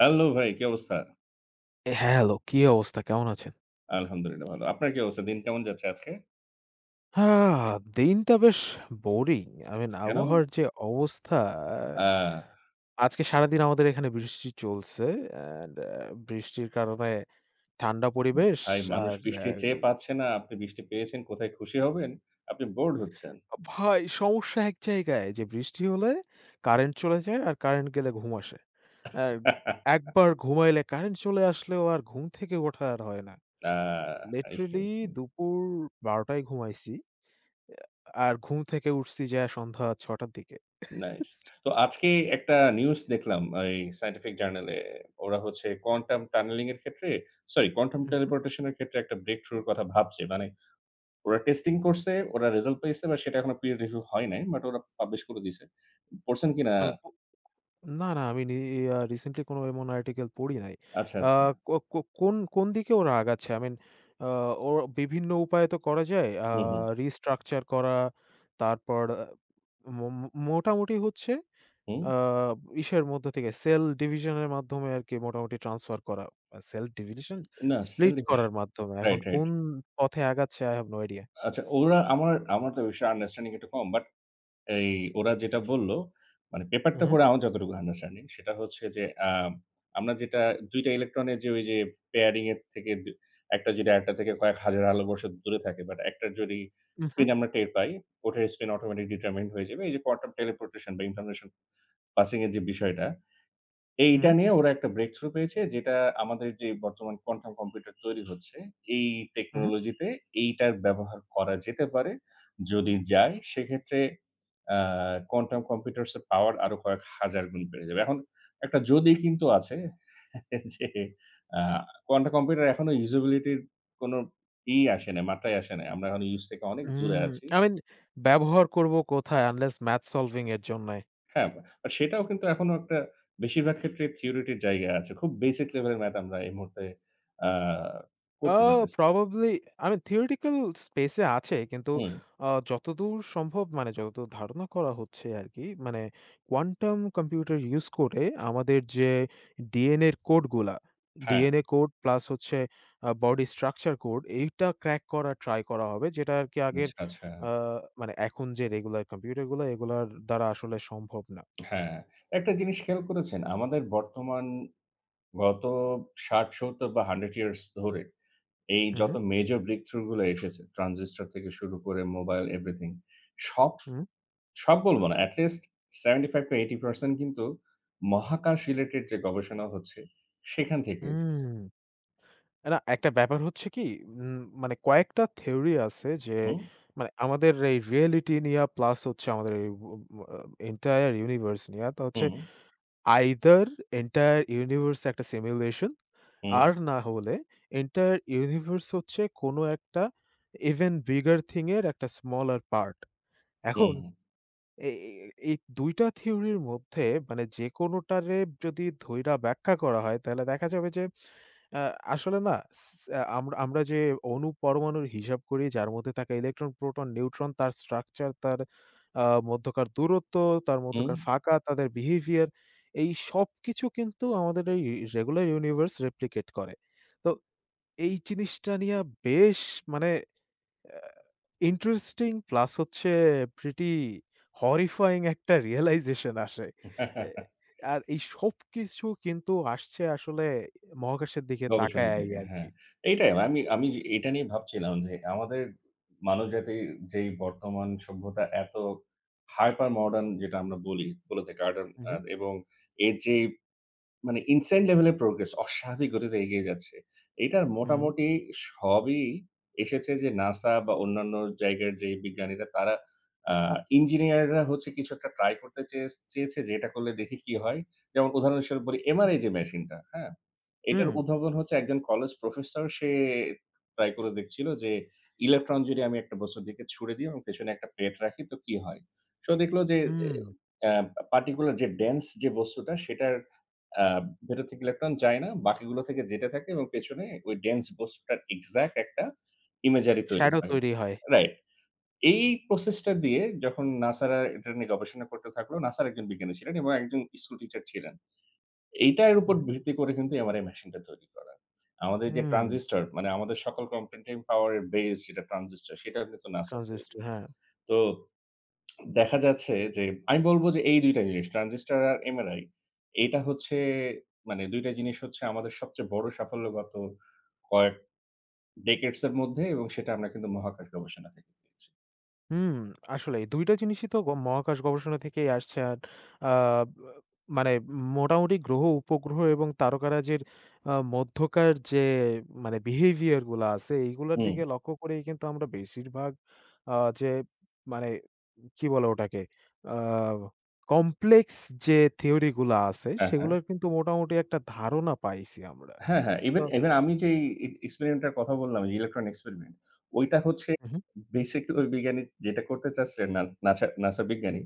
Hello ভাই, কি অবস্থা? হ্যালো, কি অবস্থা? কেমন আছেন? আলহামদুলিল্লাহ ভালো। আপনার কি অবস্থা? দিন কেমন যাচ্ছে আজকে? হ্যাঁ, দিনটা বেশ বোরিং। আই মিন কেন? আবহাওয়ার যে অবস্থা, আ আজকে সারাদিন আমাদের এখানে বৃষ্টি চলছে অ্যান্ড বৃষ্টির কারণে ঠান্ডা পরিবেশ। ভাই মানুষ আর অ্যা বৃষ্টি চেয়ে পাচ্ছে না। আপনি বৃষ্টি পেয়েছেন, কোথায় খুশি হবেন? আপনি বোরড হচ্ছেন। ভাই, সমস্যা এক জায়গায় যে বৃষ্টি হলে কারেন্ট চলে যায় আর কারেন্ট গেলে ঘুম আসে। আর একবার ঘুমাইলে কারেন্ট চলে আসলেও আর ঘুম থেকে ওঠা আর হয় না। Uh I see, I literally see. দুপুর ১২ঃ০০ টায় ঘুমাইছি। আর ঘুম থেকে উঠছি যায়া সন্ধ্যা ৬ঃ০০ টার দিকে। নাইস। তো আজকে একটা নিউজ দেখলাম এই সায়েন্টিফিক জার্নালে। ওরা হচ্ছে কোয়ান্টাম টানেলিং এর ক্ষেত্রে সরি কোয়ান্টাম হু, হু। টেলিপোর্টেশন এর ক্ষেত্রে একটা ব্রেক থ্রু এর কথা ভাবছে। মানে ওরা টেস্টিং করছে, ওরা রেজাল্ট পেয়েছে বা সেটা এখনো পিয়ার রিভিউ হয় নাই। বাট ওরা পাবলিশ করে দিছে। পড়ছেন কিনা? আমি কো না, না আমি নি আ রিসেন্টলি কোনো এমন আর্টিকেল পড়ি নাই। আচ্ছা, আ আচ্ছা। কো কো কোন, কোন দিকে ওরা আগাচ্ছে? আই মিন আ ও বিভিন্ন উপায়ে তো করা যায়। হুম, হুম। রিস্ট্রাকচার করা, তারপর আ মো মো মোটামুটি হচ্ছে হুম, আ ইসের মধ্য থেকে সেল ডিভিশন এর মাধ্যমে আরকি মোটামুটি ট্রান্সফার করা। Cell division? না স্প্লিট সেলফিশ। করার মাধ্যমে। এখন রাইট, রাইট। কোন পথে আগাচ্ছে I have no idea. আচ্ছা ওরা আমার আমার তো বিষয়ে আন্ডারস্ট্যান্ডিং একটু কম। বাট এই ওরা যেটা বলল মানে হু, পেপারটা হু। পড়ে আমার যতটুকু আন্ডারস্ট্যান্ডিং সেটা হচ্ছে যে আমরা যেটা ২ টা ইলেকট্রনের যে ওই যে পেয়ারিং এর থেকে দু একটা যদি আরেকটা থেকে কয়েক হাজার আলোকবর্ষ দূরে থাকে বাট একটার যদি উহু, স্পিন আমরা টের পাই, ওটার স্পিন অটোমেটিক ডিটারমাইন্ড হয়ে যাবে। এই যে কোয়ান্টাম টেলিপোর্টেশন বা ইনফরমেশন পাসিং এর যে বিষয়টা হু, এইটা নিয়ে ওরা একটা ব্রেক থ্রু পেয়েছে যেটা আমাদের যে বর্তমান কোয়ান্টাম কম্পিউটার তৈরি হচ্ছে, এই হু। টেকনোলজিতে এইটার ব্যবহার করা যেতে পারে। যদি যায় সেক্ষেত্রে আ কোয়ান্টাম কম্পিউটারস এর পাওয়ার আরো কয়েক ১,০০০ গুণ বেড়ে যাবে। এখন একটা যদি কিন্তু আছে যে আ কোয়ান্টাম কম্পিউটার এখনো ইউজেবিলিটির কোনো ই আসে নাই, মাত্রায় আসে নাই। আমরা এখন ইউজ থেকে অনেক দূরে হুম, আছি। I mean ব্যবহার করব কোথায় unless math solving এর জন্যে? হ্যাঁ, বা সেটাও কিন্তু এখনো একটা বেশিরভাগ ক্ষেত্রে থিওরিটির জায়গা আছে। খুব বেসিক লেভেলের ম্যাথ আমরা এই মুহূর্তে আ করতে আ পারতেছি। probably I mean theoretical space এ আছে কিন্তু হুম, যতদূর সম্ভব, মানে যতদূর ধারণা করা হচ্ছে আরকি, মানে কোয়ান্টাম কম্পিউটার ইউজ করে আমাদের যে DNA এর কোডগুলা, হ্যাঁ, DNA কোড প্লাস হচ্ছে বডি স্ট্রাকচার কোড, এইটা ক্র্যাক করার ট্রাই করা হবে যেটা আরকি আগের আচ্ছা, আচ্ছা। আ মানে এখন যে রেগুলার কম্পিউটারগুলা এগুলার দ্বারা আসলে সম্ভব না। হ্যাঁ, একটা জিনিস খেয়াল করেছেন? আমাদের বর্তমান গত ৬০, ৭০ বা 100 ইয়ার্স ধরে এই হু, হু, যত মেজর ব্রেকথ্রু গুলো এসেছে, ট্রানজিস্টর থেকে শুরু করে মোবাইল এভরিথিং। সব, হু, সব বলব না। এটি লিস্ট 75-80% কিন্তু মহাকাশ রিলেটেড যে গবেষণা হচ্ছে, সেখান থেকে এসেছে। হুম। না, একটা ব্যাপার হচ্ছে কি, উম মানে কয়েকটা থিওরি আছে যে হুম, মানে আমাদের এই রিয়েলিটি নিয়া প্লাস হচ্ছে আমাদের এই উ আ এন্টায়ার ইউনিভার্স নিয়া। তো হচ্ছে হুম। আইদার এন্টায়ার ইউনিভার্স একটা সিমুলেশন, হুম, আর না হলে এন্টায়ার ইউনিভার্স হচ্ছে কোনো একটা ইভেন বিগার থিং এর একটা স্মলার পার্ট। এখন হুম, এ এ এই ২ টা থিওরির মধ্যে মানে যেকোনোটারে যদি ধইরা ব্যাখ্যা করা হয় তাহলে দেখা যাবে যে আ আসলে না স আহ, আমরা আমরা যে অণু পরমাণুর হিসাব করি, যার মধ্যে থাকা ইলেকট্রন, প্রোটন, নিউট্রন, তার স্ট্রাকচার, তার আ মধ্যকার দূরত্ব, তার হুম। মধ্যকার ফাঁকা, তাদের বিহেভিয়ার, এই সবকিছু কিন্তু আমাদের এই রেগুলার ইউনিভার্স রেপ্লিকেট করে। তো এই জিনিসটা নিয়ে বেশ, মানে ইন্টারেস্টিং প্লাস হচ্ছে প্রিটি হরিফাইং একটা রিয়ালাইজেশন আসে। এ আর এই সবকিছু কিন্তু আসছে আসলে মহাকাশের দিকে গবেষণা তাকায়াই থেকে, হ্যাঁ। আরকি। এইটাই আমি আমি যে এটা নিয়ে ভাবছিলাম যে আমাদের মানবজাতির যেই বর্তমান সভ্যতা এত হাইপার মডার্ন যেটা আমরা বলে থাকি আর্ডান হু, হু, এবং এর যে মানে ইনসাইড লেভেলের প্রোগ্রেস অস্বাভাবিক গতিতে এগিয়ে যাচ্ছে। এটার হুম, মোটামুটি সবই এসেছে যে NASA বা অন্যান্য জায়গার যে বিজ্ঞানীরা তারা আ ইঞ্জিনিয়াররা হচ্ছে কিছু একটা ট্রাই করতে চেয়ে চেয়েছে যে এটা করলে দেখি কি হয়। যেমন উদাহরণস্বরূপ বলি হুম। MRI যে মেশিনটা, হ্যাঁ? এটার হুম, উদ্ভাবন হচ্ছে একজন কলেজ প্রফেসর সে ট্রাই করে দেখছিল যে ইলেকট্রন যদি আমি একটা বস্তুর দিকে ছুড়ে দিই এবং পেছনে একটা প্লেট রাখি তো কি হয়? সে দেখলো যে এ হুম। আ পার্টিকুলার যে ডেন্স যে বস্তুটা সেটার আ ভেতর থেকে ইলেকট্রন যায় না। বাকিগুলো থেকে যেতে থাকে এবং পেছনে ওই ডেন্স বস্তুটার এক্সাক্ট একটা ইমেজারি তৈরি শ্যাডো হয়। তৈরি হয়। রাইট। এই প্রসেস টা দিয়ে যখন নাসারা এটা নিয়ে গবেষণা করতে থাকলো, নাসার একজন বিজ্ঞানী ছিলেন এবং একজন স্কুল টিচার ছিলেন। এইটার উপর হুম, ভিত্তি করে কিন্তু এমআরআই মেশিনটা তৈরি করা। আমাদের যে হুম। ট্রানজিস্টর মানে আমাদের সকল কম্পিউটিং পাওয়ার এর বেস যেটা ট্রানজিস্টর সেটাও কিন্তু নাসার তৈরি। ট্রানজিস্টর, হ্যাঁ। তো দেখা যাচ্ছে যে আমি বলব যে এই ২ টা জিনিস ট্রানজিস্টর আর এমআরআই এটা হচ্ছে মানে ২ টা জিনিস হচ্ছে আমাদের সবচেয়ে বড় সাফল্য গত কয়েক decades এর মধ্যে এবং সেটা আমরা কিন্তু মহাকাশ গবেষণা থেকে পেয়েছি। হুম, আসলেই ২ টা জিনিসই তো মহাকাশ গবেষণা থেকেই আসছে। আর আ মানে মোটামুটি গ্রহ, উপগ্রহ এবং তারকারাজির মধ্যকার যে মানে বিহেভিয়ার গুলা আছে, এইগুলার হুম। দিকে লক্ষ্য করেই কিন্তু আমরা বেশিরভাগ আ যে মানে কি বলে ওটাকে? আ কমপ্লেক্স যে থিওরি গুলা আছে, হ্যাঁ, হ্যাঁ। সেগুলার কিন্তু মোটামুটি একটা ধারণা পাইছি আমরা। হ্যাঁ, হ্যাঁ। তো ইভেন ইভেন আমি যেই এক্সপেরিমেন্ট টার কথা বললাম, যে ইলেকট্রন এক্সপেরিমেন্ট, ওইটা হচ্ছে হু, হু, বেসিক্যালি ওই বিজ্ঞানী যেটা করতে চাচ্ছিলেন না নাসা বিজ্ঞানী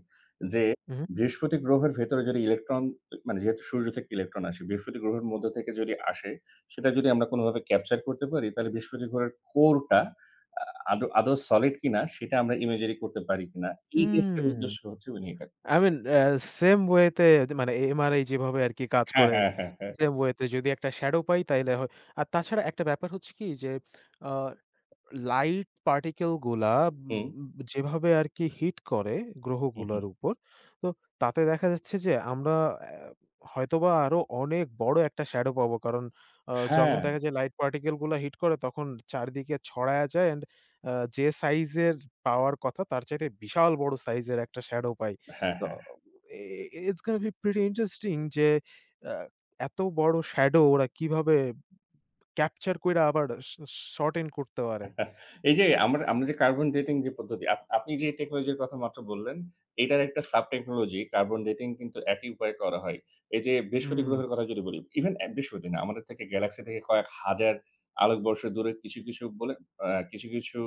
যে, হু, হু। বৃহস্পতি গ্রহের ভেতরে যদি ইলেকট্রন মানে যেহেতু সূর্য থেকে ইলেকট্রন আসে, বৃহস্পতি গ্রহের মধ্য থেকে যদি আসে, সেটা যদি আমরা কোনোভাবে ক্যাপচার করতে পারি, তাহলে বৃহস্পতি গ্রহের কোরটা আ আদৌ আদৌ সলিড কিনা সেটা আমরা ইমেজারি করতে পারি কিনা। এই টেস্টের হুম। উদ্দেশ্য হচ্ছে উনি এটা I mean সেম ওয়ে তে, মানে এমআরআই যেভাবে আরকি কাজ হ্যাঁ, করে, হ্যাঁ, হ্যাঁ, হ্যাঁ। সেম ওয়ে তে যদি একটা শ্যাডো পাই তাইলে হয়। আর তাছাড়া একটা ব্যাপার হচ্ছে কি যে আ লাইট পার্টিকেল গুলা উম হুম, উম, যেভাবে আরকি হিট করে হু, গ্রহগুলার হুম। উপর, তো তাতে দেখা যাচ্ছে যে আমরা অ্যা হয়তোবা আরো অনেক বড় একটা শ্যাডো পাবো। কারণ যখন হ্যাঁ, দেখা যায় লাইট পার্টিকেল গুলা হিট করে তখন চারদিকে ছড়ায়া যায় অ্যান্ড যে সাইজের পাওয়ার কথা তার চাইতে বিশাল বড় সাইজের একটা শ্যাডো পাই। হ্যাঁ, তো হ্যাঁ। এ it's gonna be pretty interesting যে আ এত বড় শ্যাডো ওরা কিভাবে ক্যাপচার কইরা আবার শর্টেন করতে পারে। এই যে আমরা আমরা যে কার্বন ডেটিং যে পদ্ধতি, আপনি যে টেকনোলজির কথা মাত্র বললেন, এটার একটা সাব টেকনোলজি কার্বন ডেটিং কিন্তু একই উপায়ে করা হয়। এই যে বৃহস্পতি হুম, গ্রহের কথা যদি বলি, ইভেন বৃহস্পতি না, আমাদের থেকে গ্যালাক্সি থেকে কয়েক হাজার আলোকবর্ষ দূরে কিছু, কিছু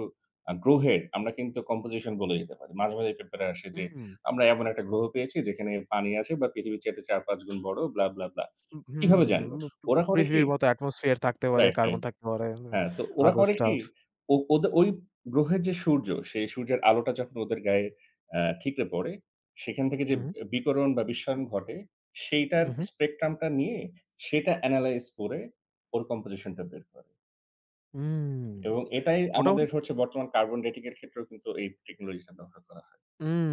আ গ্রহের আমরা কিন্তু কম্পোজিশন বলে দিতে পারি। মাঝে পেপারে আসে যে, হুম, "আমরা এমন একটা গ্রহ পেয়েছি যেখানে পানি আছে বা পৃথিবীর চাইতে ৪-৫ গুণ বড়" ব্লা। উম কিভাবে জানলো? হুম, ওরা করে কি পৃথিবীর মতো atmosphere থাকতে পারে, রাইট, কার্বন রাইট। থাকতে পারে, হ্যাঁ, তো ওরা other করে কি? stuff. ও ওদে ওই গ্রহের যে সূর্য, সেই সূর্যের আলোটা যখন ওদের গায়ে ঠিকরে পড়ে, সেখান থেকে যে হুম, বিকরণ বা বিস্ময়ন ঘটে, সেইটার উহু, স্পেকট্রামটা নিয়ে সেটা এনালাইজ করে ওর কম্পোজিশনটা বের করে। হুম, এবং এটাই আমাদের মোটামুটি হচ্ছে বর্তমান কার্বন ডেটিং এর ক্ষেত্রেও কিন্তু এই টেকনোলজিটা ব্যবহার করা হয়। হুম,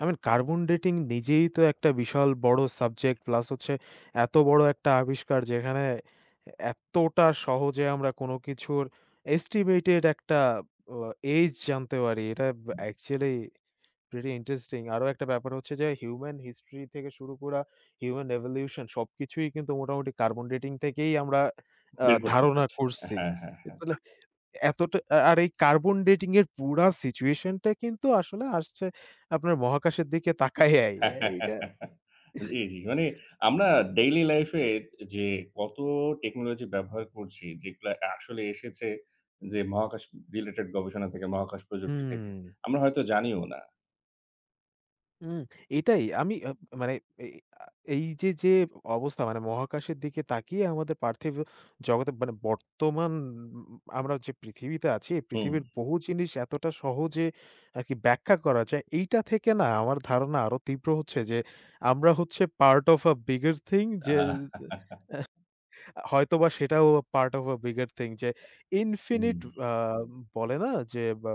I mean কার্বন ডেটিং নিজেই তো একটা বিশাল বড় সাবজেক্ট প্লাস হচ্ছে এত বড় একটা আবিষ্কার, যেখানে এতটা সহজে আমরা কোনো কিছুর estimated একটা আ age জানতে পারি। এটা actually প্রিটি ইন্টারেস্টিং। আরো একটা ব্যাপার হচ্ছে যে হিউম্যান হিস্ট্রি থেকে শুরু করা হিউম্যান এভলিউশন সবকিছুই কিন্তু মোটামুটি কার্বন ডেটিং থেকেই আমরা বের করতে ধারণা পারছি। করছি। হ্যাঁ, হ্যাঁ। ইটস লাইক এতটা আর এই কার্বন ডেটিং এর পুরা সিচুয়েশনটা কিন্তু আসলে আসছে আপনার মহাকাশের দিকে তাকাইয়াই। এইটা জি, জি। মানে আমরা ডেইলি লাইফ এ যে কত টেকনোলজি ব্যবহার করছি, যেগুলা আসলে এসেছে যে মহাকাশ রিলেটেড গবেষণা থেকে, মহাকাশ প্রযুক্তি থেকে। হুম। আমরা হয়তো জানিও না। হুম, এটাই আমি মানে এ আ এই যে, যে অবস্থা মানে মহাকাশের দিকে তাকিয়ে আমাদের পার্থিব জগতে মানে বর্তমান উম, আমরা যে পৃথিবীতে আছি, এই হুম। পৃথিবীর বহু জিনিস এতটা সহজে আরকি ব্যাখ্যা করা যায়। এইটা থেকে না আমার ধারণা আরো তীব্র হচ্ছে যে, আমরা হচ্ছে part of a bigger thing, যে আহ হয়তোবা সেটাও part of a bigger thing, যে ইনফিনিট হুম, আ বলে না যে বা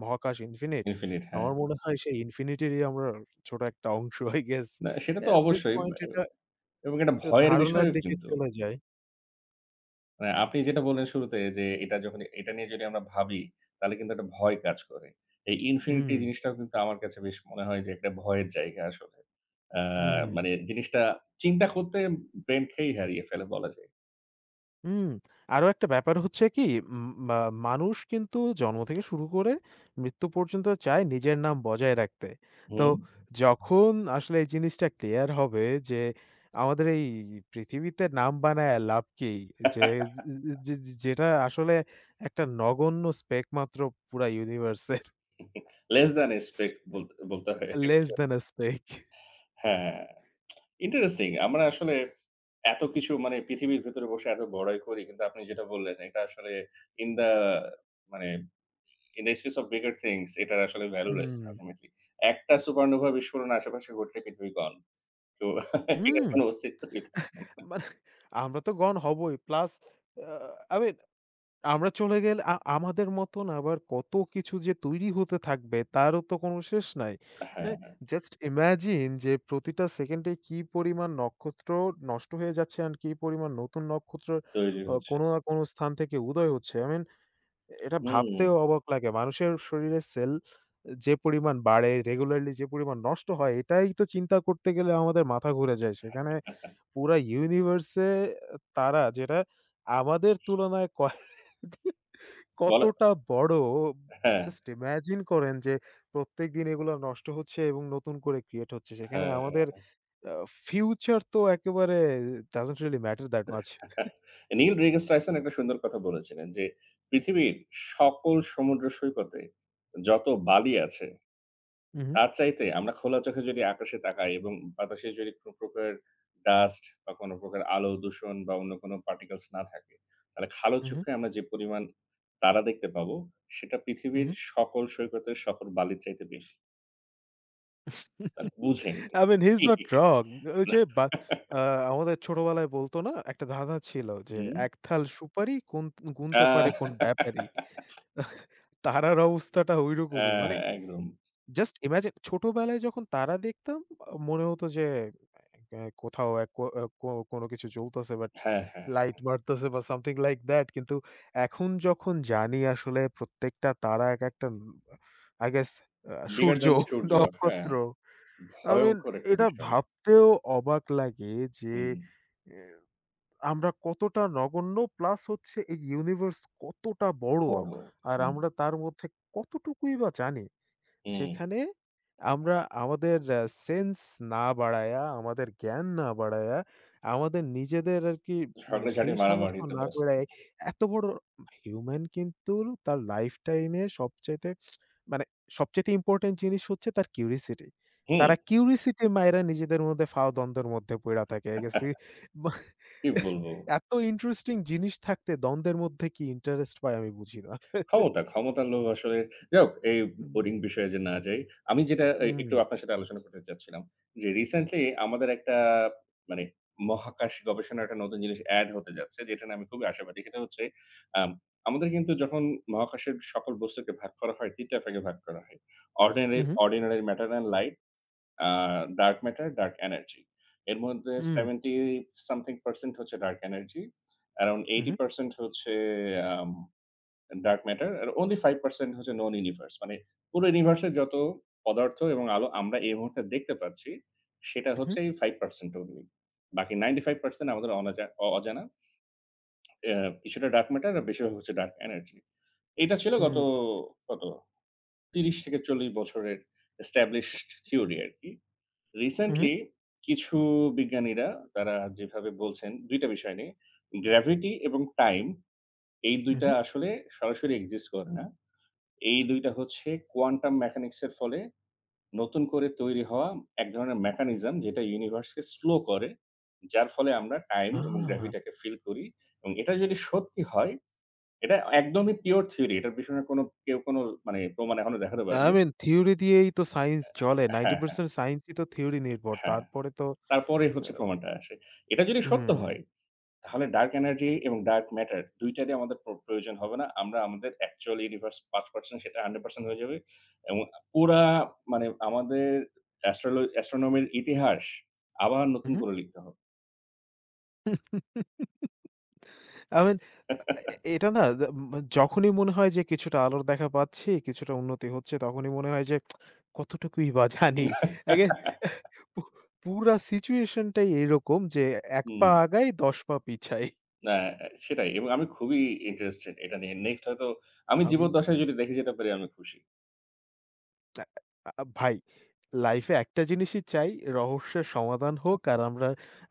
মহাকাশ ইনফিনিট। ইনফিনিট হ্যাঁ। আমার মনে হয় সেই ইনফিনিটিরই আমরা ছোট একটা অংশ, আই গেস। না সেটা তো এট দিস অবশ্যই পয়েন্ট এটা এবং এটা ভয়ের ধারণার বিষয়ও দিকে কিন্তু। চলে যায়। মানে আপনি যেটা বললেন শুরুতে যে এটা নিয়ে যদি আমরা ভাবি তাহলে কিন্তু একটা ভয় কাজ করে। এই ইনফিনিটি হুম, জিনিসটাও কিন্তু আমার কাছে বেশ মনে হয় যে একটা ভয়ের জায়গা আসলে। আ হুম। মানে জিনিসটা চিন্তা করতে ব্রেন খেই হারিয়ে ফেলে বলা যায়। হুম, আরো একটা ব্যাপার হচ্ছে কি, উম মা মানুষ কিন্তু জন্ম থেকে শুরু করে মৃত্যু পর্যন্ত চায় নিজের নাম বজায় রাখতে। তো হুম। যখন আসলে এই জিনিসটা ক্লিয়ার হবে যে আমাদের এই পৃথিবীতে নাম বানায়া লাভ কি? যে যে যে যেটা আসলে একটা নগণ্য স্পেক মাত্র পুরা ইউনিভার্সের। লেস দ্যান এক্সপেক্ট বলতে বলতে হয় less actually. Than a speck. হ্যাঁ, ইন্টারেস্টিং। আমরা আসলে এত কিছু মানে পৃথিবীর ভেতরে বসে এত বড়াই করি। কিন্তু আপনি যেটা বললেন এটা আসলে ইন দা মানে In the space of bigger things এটার আসলে ভ্যালুলেস হুম, আল্টিমেটলি। একটা সুপারনোভা বিস্ফোরণ আশেপাশে ঘটলে পৃথিবী gone. তো এটার হুম। কোনো অস্তিত্বই থাকবে না। মানে আমরা তো গণ হবই। প্লাস আ আমি আমরা চলে গেলে আমাদের মতন আবার কত কিছু যে তৈরি হতে থাকবে তারও তো কোনো শেষ নাই। অ্যা হ্যাঁ, জাস্ট ইমাজিন যে প্রতিটা সেকেন্ডে কি পরিমাণ নক্ষত্র নষ্ট হয়ে যাচ্ছে and কি পরিমাণ নতুন নক্ষত্র তৈরি হচ্ছে। কোনো না কোনো স্থান থেকে উদয় হচ্ছে। I mean এটা হুম। ভাবতেও অবাক লাগে। মানুষের শরীরে সেল যে পরিমাণ বাড়ে, রেগুলারলি যে পরিমাণ নষ্ট হয়, এটাই তো চিন্তা করতে গেলে আমাদের মাথা ঘুরে যায়। সেখানে পুরা ইউনিভার্স এ তারা, যেটা আমাদের তুলনায় কয়েক বলা কতটা বড়, হ্যাঁ, জাস্ট ইমাজিন করেন যে প্রত্যেকদিন এগুলা নষ্ট হচ্ছে এবং নতুন করে ক্রিয়েট হচ্ছে। সেখানে হ্যাঁ। আমাদের আ ফিউচার তো একেবারে doesn't really matter that much. নীল রিগেস রাইসন একটা সুন্দর কথা বলেছিলেন যে, "পৃথিবীর সকল সমুদ্র সৈকতে যত বালি আছে" হু, হু, তার চাইতে আমরা খোলা চোখে যদি আকাশে তাকাই এবং বাতাসে যদি কোনো প্রকার ডাস্ট বা কোনো প্রকার আলো দূষণ বা অন্য কোনো পার্টিকলস না থাকে, তাহলে খালো হু, হু, চোখে আমরা যে পরিমাণ তারা দেখতে পাবো, সেটা হু, পৃথিবীর হু। সকল সৈকতের সকল বালির চাইতে বেশি। তাহলে বুঝেন। I mean he is not wrong. ওই যে বা আ আমাদের ছোটবেলায় বলত না, একটা ধাঁধা ছিল যে হুম। একথাল সুপারি কুন আ গুনতে পারে কোন ব্যাপারি। তারার অবস্থাটা ঐরকমই। হ্যাঁ, মানে একদম। জাস্ট ইমাজিন ছোটবেলায় যখন তারা দেখতাম মনে হতো যে আ কোথাও এক কো আ কো কোনো কিছু জ্বলতেছে, বাট হ্যাঁ, হ্যাঁ। লাইট মারতেছে বা something like that, কিন্তু এখন যখন জানি আসলে প্রত্যেকটা তারা একেকটা I guess bigger Surya, than সূর্য। হ্যাঁ, নক্ষত্র। I mean ভয়ংকর একটা এটা বিষয়। ভাবতেও অবাক লাগে যে হুম, এ আমরা কতটা নগণ্য প্লাস হচ্ছে এই ইউনিভার্স কতটা বড় বড়। আর হুম, আমরা তার মধ্যে কতটুকুই বা জানি। হুম। সেখানে আমরা আমাদের সেন্স না বাড়ায়া, আমাদের জ্ঞান না বাড়ায়া, আমাদের নিজেদের আরকি মানে ঝগড়াঝাটি সেই সামর্থ্য মারামারিতে না ব্যস্ত। গড়ায় এত বড় হিউম্যান কিন্তু তার লাইফ টাইমে সবচাইতে, মানে সবচাইতে ইম্পোর্টেন্ট জিনিস হচ্ছে তার কিউরিসিটি। হুম। তারা কিউরিসিটি মাইরা নিজেদের মধ্যে ফাও দ্বন্দ্বের মধ্যে পইড়া থাকে। I guess ই মা কি বলবো? এত ইন্টারেস্টিং জিনিস থাকতে দ্বন্দ্বের মধ্যে কি ইন্টারেস্ট পায় আমি বুঝি না। ক্ষমতা, ক্ষমতার লোভ আসলে যাই হোক এই উম বোরিং বিষয়ে যে না যাই। আমি যেটা একটু উম আপনার সাথে আলোচনা করতে চাচ্ছিলাম যে রিসেন্টলি আমাদের একটা মানে মহাকাশ গবেষণার একটা নতুন জিনিস এড হতে যাচ্ছে যেটা নিয়ে আমি খুবই আশাবাদী। সেটা হচ্ছে আম আমাদের কিন্তু যখন মহাকাশের সকল বস্তুকে ভাগ করা হয় ৩ টা ভাগে ভাগ করা হয়। অর্ডিনারি উহু, ordinary matter and light, uh dark matter, dark energy. এর মধ্যে উম 70 something percent হচ্ছে ডার্ক এনার্জি, অ্যারাউন্ড উহু, 80% হচ্ছে আম ডার্ক ম্যাটার আর অনলি 5% হচ্ছে নোন ইউনিভার্স। মানে পুরো ইউনিভার্সের যত পদার্থ এবং আলো আমরা এই মুহূর্তে দেখতে পাচ্ছি, সেটা উহু। হচ্ছে এই 5% only. বাকি 95% আমাদের অনাজা অ অজানা। কিছুটা ডার্ক ম্যাটার আর বেশিরভাগ হচ্ছে ডার্ক এনার্জি। এটা ছিল গত হুম, কত ৩০ থেকে ৪০ বছরের established থিওরি আরকি। উহু, রিসেন্টলি কিছু বিজ্ঞানীরা তারা যেভাবে বলছেন ২ টা বিষয় নিয়ে, গ্র্যাভিটি এবং টাইম এই ২ টা উহু। আসলে সরাসরি এক্সিস্ট করে না। এই ২ টা হচ্ছে কোয়ান্টাম মেকানিক্স এর ফলে নতুন করে তৈরি হওয়া এক ধরনের মেকানিজম যেটা ইউনিভার্সকে স্লো করে। যার ফলে আমরা টাইম আ এবং গ্র্যাভিটাকে ফিল করি এবং এটা যদি সত্যি হয়, এটা একদমই পিওর থিওরি। এটার পিছনে কোনো মানে প্রমাণ এখনো দেখাতে আই পারেনি। মিন থিওরি দিয়েই তো সায়েন্স চলে। হ্যাঁ, 90% সায়েন্সই তো থিওরি নির্ভর। হ্যাঁ। তারপরে তো তারপরে হচ্ছে প্রমাণটা আসে। এটা যদি সত্য হুম, হয় তাহলে ডার্ক এনার্জি এবং ডার্ক ম্যাটার ২ টারই আমাদের প্রয়োজন হবে না। আমাদের অ্যাকচুয়াল ইউনিভার্স ৫% সেটা 100% হয়ে যাবে। এবং পুরা মানে আমাদের অ্যাস্ট্রোনমির ইতিহাস আবার নতুন উহু। করে লিখতে হবে। আই মিন এ এটা না য ম যখনই মনে হয় যে কিছুটা আলোর দেখা পাচ্ছি, কিছুটা উন্নতি হচ্ছে, তখনই মনে হয় যে কতটুকুই বা জানি। এগেইন পু পুরা সিচুয়েশনটাই এরকম যে ১ হুম, পা আগাই ১০ পা পিছাই। না সেটাই এবং আমি খুবই ইন্টারেস্টেড এটা নিয়ে। নেক্সট হয়তো আমি আমি জীবদ্দশায় যদি দেখে যেতে পারি আমি খুশি। আ আ ভাই, লাইফে একটা জিনিসই চাই, রহস্যের সমাধান হোক আর আমরা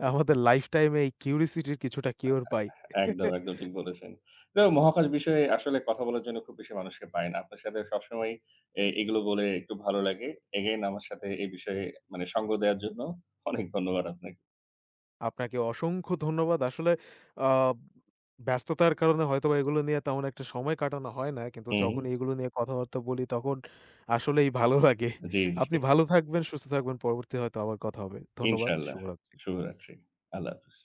আমাদের লাইফটাইম এই কিউরিসিটির কিছুটা কিওর পাই। একদম, একদম ঠিক বলেছেন। তো মহাকাশ বিষয়ে আসলে কথা বলার জন্য খুব বেশি মানুষকে পাই না। আপনার সাথে সবসময়ই এগুলো বলে একটু ভালো লাগে। এগেইন আমার সাথে এই বিষয়ে মানে সঙ্গ দেওয়ার জন্য অনেক ধন্যবাদ আপনাকে। আপনাকে অসংখ্য ধন্যবাদ। আসলে আ ব্যস্ততার কারণে হয়তোবা এগুলো নিয়ে তেমন একটা সময় কাটানো হয় না। কিন্তু হুম। যখন এগুলো নিয়ে কথাবার্তা বলি তখন আসলেই ভালো লাগে। জি, আপনি জি। ভালো থাকবেন, সুস্থ থাকবেন। পরবর্তী হয়তো আবার কথা হবে। ধন্যবাদ। ইনশাআল্লাহ। শুভরাত্রি। শুভরাত্রি। আল্লাহ হাফেজ।